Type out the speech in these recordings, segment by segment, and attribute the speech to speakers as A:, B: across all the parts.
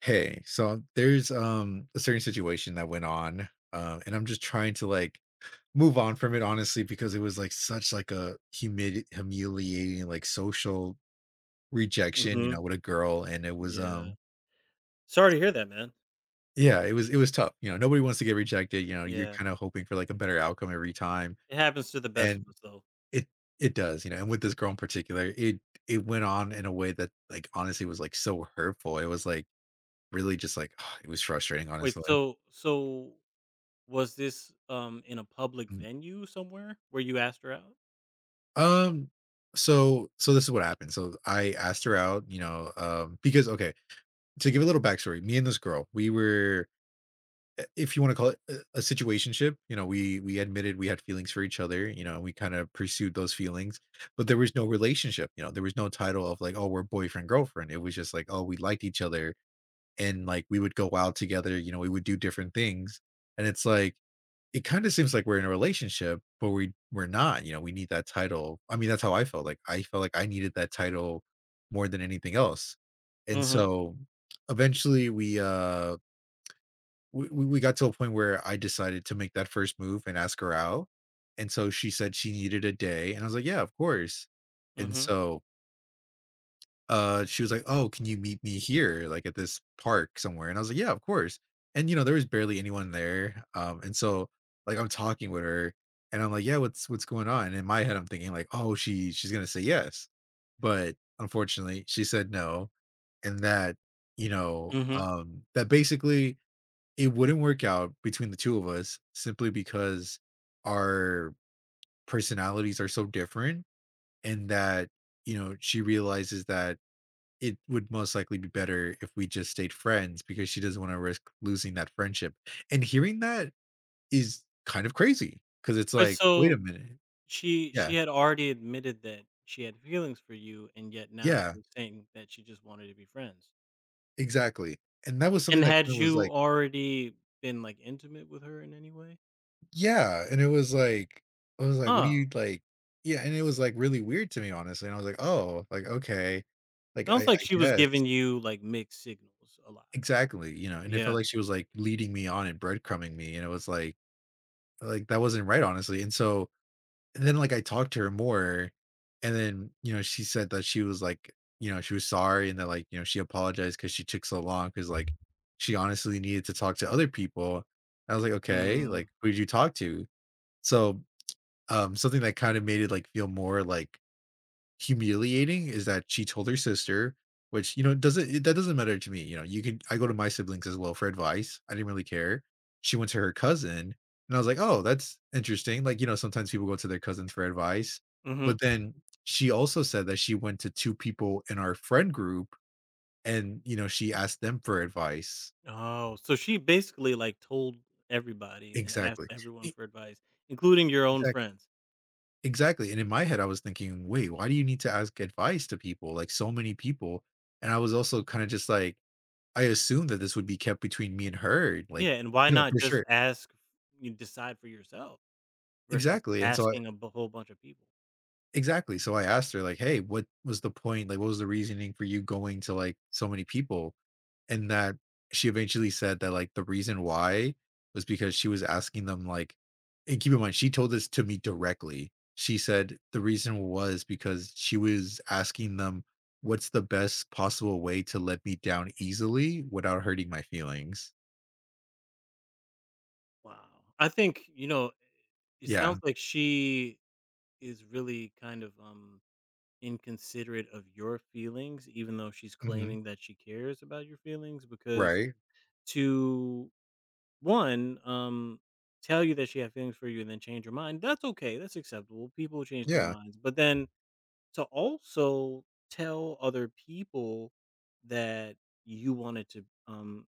A: Hey, so there's a certain situation that went on, and I'm just trying to like move on from it honestly because it was like such like a humid humiliating like social rejection, you know,
B: Mhm.
A: with a girl, and it was
B: Yeah. Sorry to hear that, man.
A: yeah, it was tough. You know, nobody wants to get rejected. You know, you're
B: Yeah.
A: kind of hoping for like a better outcome every time,
B: It happens to the best
A: and
B: of us though.
A: it it does. You know, and with this girl in particular, it went on in a way that like honestly was like so hurtful. It was like really just like it was frustrating
B: Wait,
A: honestly.
B: so was this in a public venue somewhere where you asked her out?
A: Um, so this is what happened. So I asked her out, you know, because okay, to give a little backstory, me and this girl, we were, if you want to call it a situationship, you know, we admitted we had feelings for each other, you know, we kind of pursued those feelings, but there was no relationship, you know, there was no title of like, oh, we're boyfriend girlfriend. It was just like, oh, we liked each other, and like we would go out together, you know, we would do different things. And it's like it kind of seems like we're in a relationship, but we're not, you know, we need that title. I mean, that's how I felt. Like I felt like I needed that title more than anything else. And
B: Mhm.
A: so eventually we got to a point where I decided to make that first move and ask her out. And so she said she needed a day. And I was like, yeah, of course. And
B: Mhm.
A: so she was like, oh, can you meet me here like at this park somewhere, and I was like, yeah, of course, and you know there was barely anyone there, and so like I'm talking with her, and I'm like, yeah, what's going on, and in my head I'm thinking like, oh, she's gonna say yes, but unfortunately she said no, and that, you know,
B: Mhm.
A: that basically it wouldn't work out between the two of us simply because our personalities are so different, and that, you know, she realizes that it would most likely be better if we just stayed friends because she doesn't want to risk losing that friendship. And hearing that is kind of crazy because it's
B: But
A: like, wait a
B: so
A: minute.
B: she
A: Yeah.
B: had already admitted that she had feelings for you, and yet now she
A: Yeah.
B: was saying that she just wanted to be friends.
A: Exactly. And that was something
B: And
A: that
B: had
A: kind of was
B: you
A: like,
B: already been like intimate with her in any way?
A: yeah. And it was like, I was like, what do
B: Oh,
A: you like? Yeah. And it was like really weird to me, honestly. And I was like, oh, like, okay. Like,
B: sounds
A: I,
B: like
A: I
B: she was
A: guess
B: giving you like mixed signals a lot.
A: exactly, you know, and it felt
B: Yeah.
A: like she was like leading me on and breadcrumbing me. And it was like that wasn't right, honestly. And so and then, like, I talked to her more, and then, you know, she said that she was, like, you know, she was sorry and that, like, you know, she apologized because she took so long because like, she honestly needed to talk to other people. I was like, "Okay,
B: Mm.
A: like, who did you talk to?" So, something that kinda made it, like, feel more like humiliating is that she told her sister, which, you know, doesn't it, that doesn't matter to me, you know, you can I go to my siblings as well for advice, I didn't really care. She went to her cousin, and I was like, "Oh, that's interesting," like, you know, sometimes people go to their cousins for advice, but
B: Mhm.
A: then she also said that she went to 2 people in our friend group and, you know, she asked them for advice.
B: Oh, so she basically, like, told everybody and asked
A: Exactly.
B: everyone
A: E
B: for advice, including your own
A: exact
B: friends.
A: exactly, and in my head, I was thinking, "Wait, why do you need to ask advice to people? Like, so many people," and I was also kinda just like I assumed that this would be kept between me and her, and, like,
B: Yeah, and why
A: you know,
B: not
A: for
B: just
A: sure.
B: ask you decide for yourself versus
A: Exactly, and so I
B: asking a b whole bunch of people?
A: exactly, so I asked her like, "Hey, what was the point? Like, what was the reasoning for you going to, like, so many people?" And that she eventually said that, like, the reason why was because she was asking them, like, and keep in mind, she told this to me directly. She said the reason was because she was asking them, "What's the best possible way to let me down easily without hurting my feelings?"
B: Wow. I think, you know, it
A: Yeah.
B: sounds like she is really kind of, inconsiderate of your feelings, even though she's
A: Mhm.
B: claiming that she cares about your feelings, because
A: Right.
B: to one tell you that she had feelings for you and then change her mind, that's okay, that's acceptable, people change their
A: Yeah.
B: minds, but then to also tell other people that you wanted to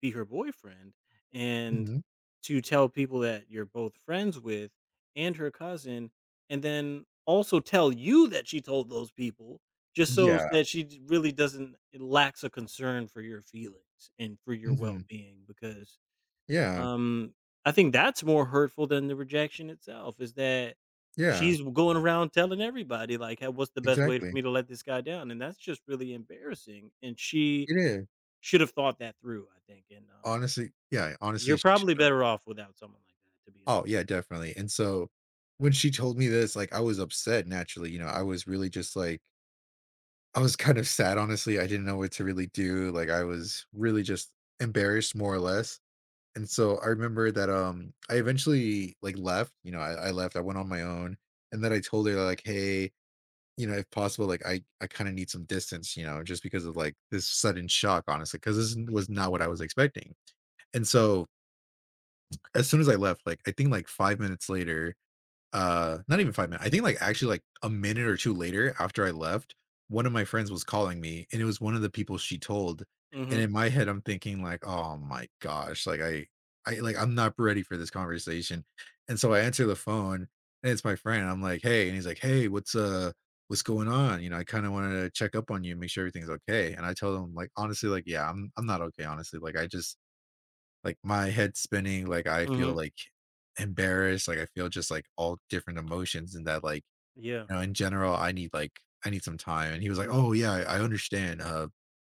B: be her boyfriend, and
A: Mhm.
B: to tell people that you're both friends with, and her cousin, and then also tell you that she told those people, just so
A: Yeah.
B: that really, doesn't it lacks a concern for your feelings and for your
A: Mhm.
B: well-being, because
A: Yeah.
B: um, I think that's more hurtful than the rejection itself, is that
A: Yeah.
B: she's going around telling everybody, like, "Hey, what's the best way for
A: Exactly.
B: me to let this guy down?" And that's just really embarrassing, and she
A: It is.
B: should have thought that through, I think, and,
A: Honestly, yeah, honestly,
B: you're
A: she should
B: probably
A: have.
B: better off without someone like that, to be
A: Oh,
B: honest.
A: yeah, definitely, and so, when she told me this, like, I was upset naturally, you know, I was really just, like, I was kind of sad, honestly, I didn't know what to really do, like, I was really just embarrassed more or less, and so, I remember that, I eventually, like, left, you know, I left, I went on my own, and then I told her, like, "Hey, you know, if possible, like, I kind of need some distance, you know, just because of like this sudden shock, honestly, because this was not what I was expecting." And so as soon as I left, like I think like 5 minutes later, not even 5 minutes, I think like actually like a minute or two later after I left, one of my friends was calling me, and it was one of the people she told, and
B: Mhm,
A: in my head I'm thinking like, oh my gosh, like I like I'm not ready for this conversation, and so I answer the phone, and it's my friend. I'm like, hey, and he's like, hey, what's going on. You know, I kind of wanted to check up on you, make sure everything's okay, and I tell him like, honestly, like, yeah, I'm not okay honestly, like I just like, my head spinning, like, I feel,
B: mhm,
A: like, embarrassed, like, I feel just, like, all different emotions and that, like,
B: yeah,
A: you know, in general, I need like I need some time. And he was like, oh, yeah, I understand.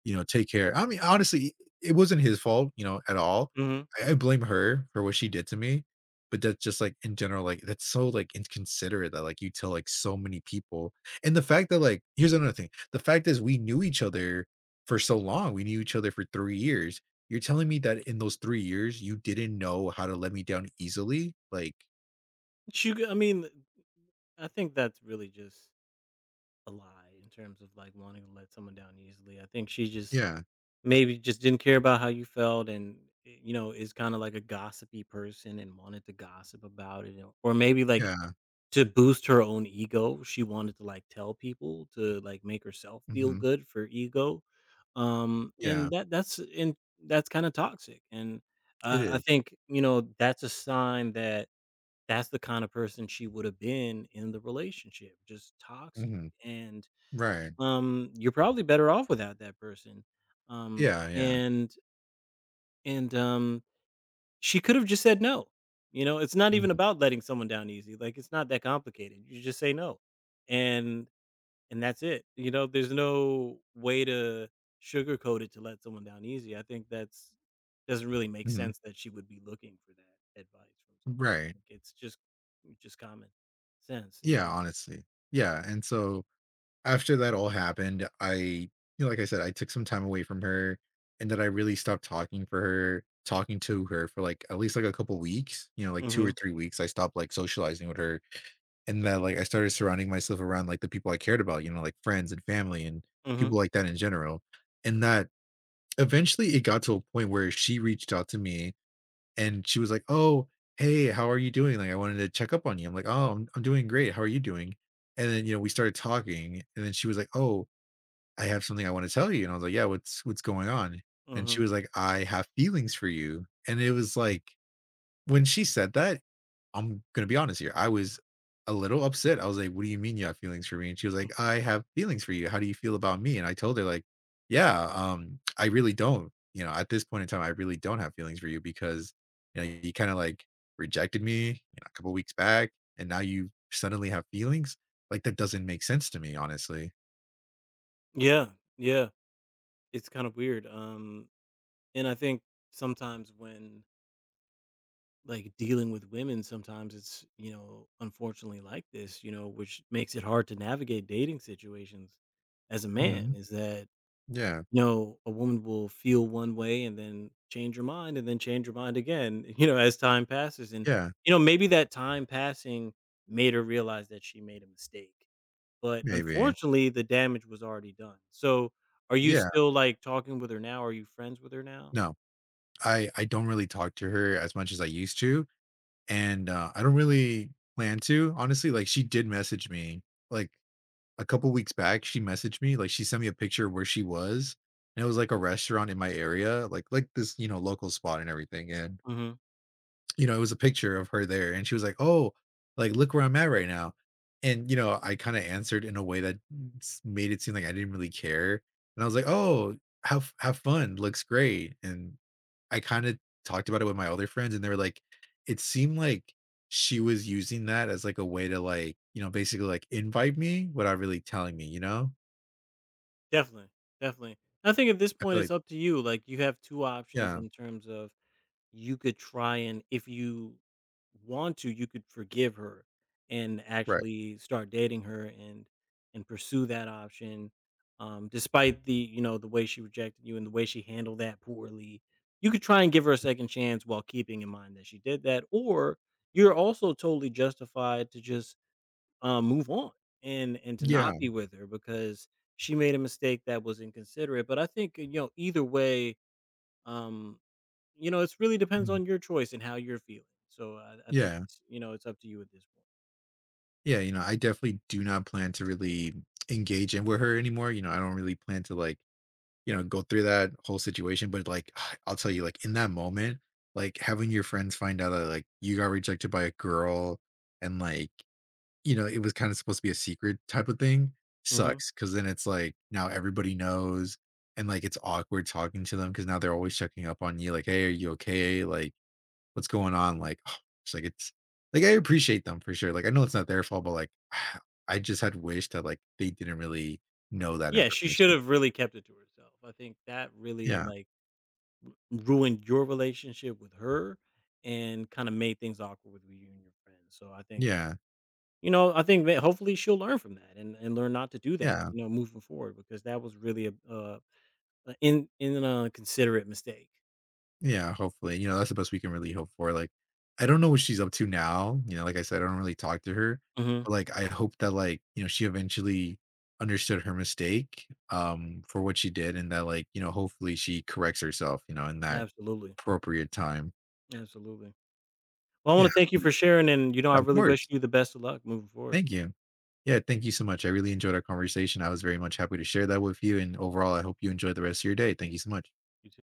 A: You know, take care. I mean, honestly, it wasn't his fault, you know, at all.
B: mhm.
A: I blame her for what she did to me. But that's just like in general, like that's so like inconsiderate that like you tell like so many people. And the fact that like here's another thing. The fact is we knew each other for so long. We knew each other for 3 years. You're telling me that in those 3 years you didn't know how to let me down easily? Like,
B: She g I mean, I think that's really just a lie in terms of, like, wanting to let someone down easily. I think she just
A: yeah,
B: maybe just didn't care about how you felt, and, eh, you know, is kinda like a gossipy person and wanted to gossip about it, or maybe, like,
A: yeah.
B: to boost her own ego, she wanted to, like, tell people to, like, make herself feel
A: Hmm.
B: good for ego,
A: Yeah,
B: and that's kinda toxic, and
A: it
B: I
A: is.
B: think, you know, that's a sign that that's the kind of person she would've been in the relationship, just toxic,
A: Mhm.
B: and,
A: Right.
B: you're probably better off without that person, um,
A: Yeah, yeah.
B: and and, um, she could have just said no. You know, it's not even
A: Mhm,
B: about letting someone down easy, like, it's not that complicated, you just say no, and and that's it, you know. There's no way to sugarcoat it to let someone down easy. I think that's doesn't really make
A: mhm.
B: sense that she would be looking for that advice from someone,
A: Right.
B: like, it's just common sense, you
A: Yeah,
B: know?
A: honestly. Yeah, and so, after that all happened, I, you know, like I said, I took some time away from her, and then I really stopped talking to her for, like, at least, like, a couple weeks, you know, like, 2 or
B: Mhm,
A: 3 weeks, I stopped, like, socializing with her, and then, like, I started surrounding myself around, like, the people I cared about, you know, like, friends and family and people
B: mhm,
A: like that in general, and that eventually, it got to a point where she reached out to me. And she was like, "Oh, hey, how are you doing? Like, I wanted to check up on you." I'm like, "Oh, I'm doing great. How are you doing?" And then, you know, we started talking, and then she was like, "Oh, I have something I want to tell you." And I was like, "Yeah, what's going on?" And
B: mhm.
A: she was like, "I have feelings for you." And it was like when she said that, I'm gonna be honest here, I was a little upset. I was like, "What do you mean you have feelings for me?" And she was like, "I have feelings for you. How do you feel about me?" And I told her like, "Yeah, I really don't. You know, at this point in time, I really don't have feelings for you because, you know, you kinda, like, rejected me, you know, a couple weeks back, and now you suddenly have feelings? Like, that doesn't make sense to me, honestly."
B: Yeah, yeah, it's kind of weird, and I think sometimes when like dealing with women, sometimes it's, you know, unfortunately like this, you know, which makes it hard to navigate dating situations as a man,
A: Mhm.
B: is that,
A: Yeah.
B: you know, a woman will feel one way and then change her mind, and then change her mind again, you know, as time passes, and
A: Yeah.
B: you know, maybe that time passing made her realize that she made a mistake, but
A: Maybe.
B: unfortunately the damage was already done. So, are you
A: Yeah.
B: still like talking with her now? Are you friends with her now?
A: No. I don't really talk to her as much as I used to. And I don't really plan to honestly. Like she did message me like a couple weeks back. She messaged me, like, she sent me a picture of where she was, and it was like a restaurant in my area, like this, you know, local spot and everything. And you know, it was a picture of her there, and she was like, "Oh, like look where I'm at right now," and you know, I kind of answered in a way that made it seem like I didn't really care, and I was like, "Oh, have fun, looks great," and I kind of talked about it with my other friends, and they were like, it seemed like she was using that as like a way to like, you know, basically like invite me without really telling me, you know?
B: Definitely, definitely. I think at this
A: I
B: point
A: feel like,
B: it's up to you. Like, you have two options
A: yeah,
B: in terms of, you could try, and if you want to, you could forgive her and
A: right.
B: actually start dating her, and pursue that option. Despite the, you know, the way she rejected you and the way she handled that poorly, you could try and give her a second chance while keeping in mind that she did that. Or, you're also totally justified to just, move on, and to
A: Yeah.
B: not be with her, because she made a mistake that was inconsiderate. But I think, you know, either way, um, you know, it's really depends
A: Mhm,
B: on your choice and how you're feeling. So I think
A: yeah.
B: it's, you know, it's up to you at this
A: Yeah, you know, I definitely do not plan to really engage in with her anymore. You know, I don't really plan to like, you know, go through that whole situation. But like, I'll tell you, like in that moment, like having your friends find out that like you got rejected by a girl and like, you know, it was kind of supposed to be a secret type of thing
B: point. Hmm.
A: sucks. Cause then it's like now everybody knows, and like it's awkward talking to them because now they're always checking up on you, like, hey, are you okay? Like, what's going on? Like, oh, it's like I appreciate them for sure. Like I know it's not their fault, but like I just had wished that like they didn't really know that
B: Yeah, she should
A: information.
B: have really kept it to herself. I think that really
A: Yeah,
B: like ruined your relationship with her and kind of made things awkward with you and your friends. So I think,
A: yeah,
B: you know, I think that hopefully she'll learn from that, and learn not to do that,
A: yeah,
B: you know, moving forward, because that was really a in a considerate mistake.
A: yeah. Hopefully, you know, that's the best we can really hope for. Like I don't know what she's up to now. You know, like I said, I don't really talk to her,
B: Mhm.
A: but like I hope that like, you know, she eventually understood her mistake for what she did, and that, like, you know, hopefully she corrects herself, you know, in that
B: Absolutely,
A: appropriate time.
B: absolutely. Well, I
A: Yeah,
B: wanna thank you for sharing, and, you know, I
A: of
B: really wish
A: course.
B: you the best of luck moving forward.
A: Thank you. Yeah, thank you so much. I really enjoyed our conversation. I was very much happy to share that with you. And overall, I hope you enjoy the rest of your day. Thank you so much.
B: You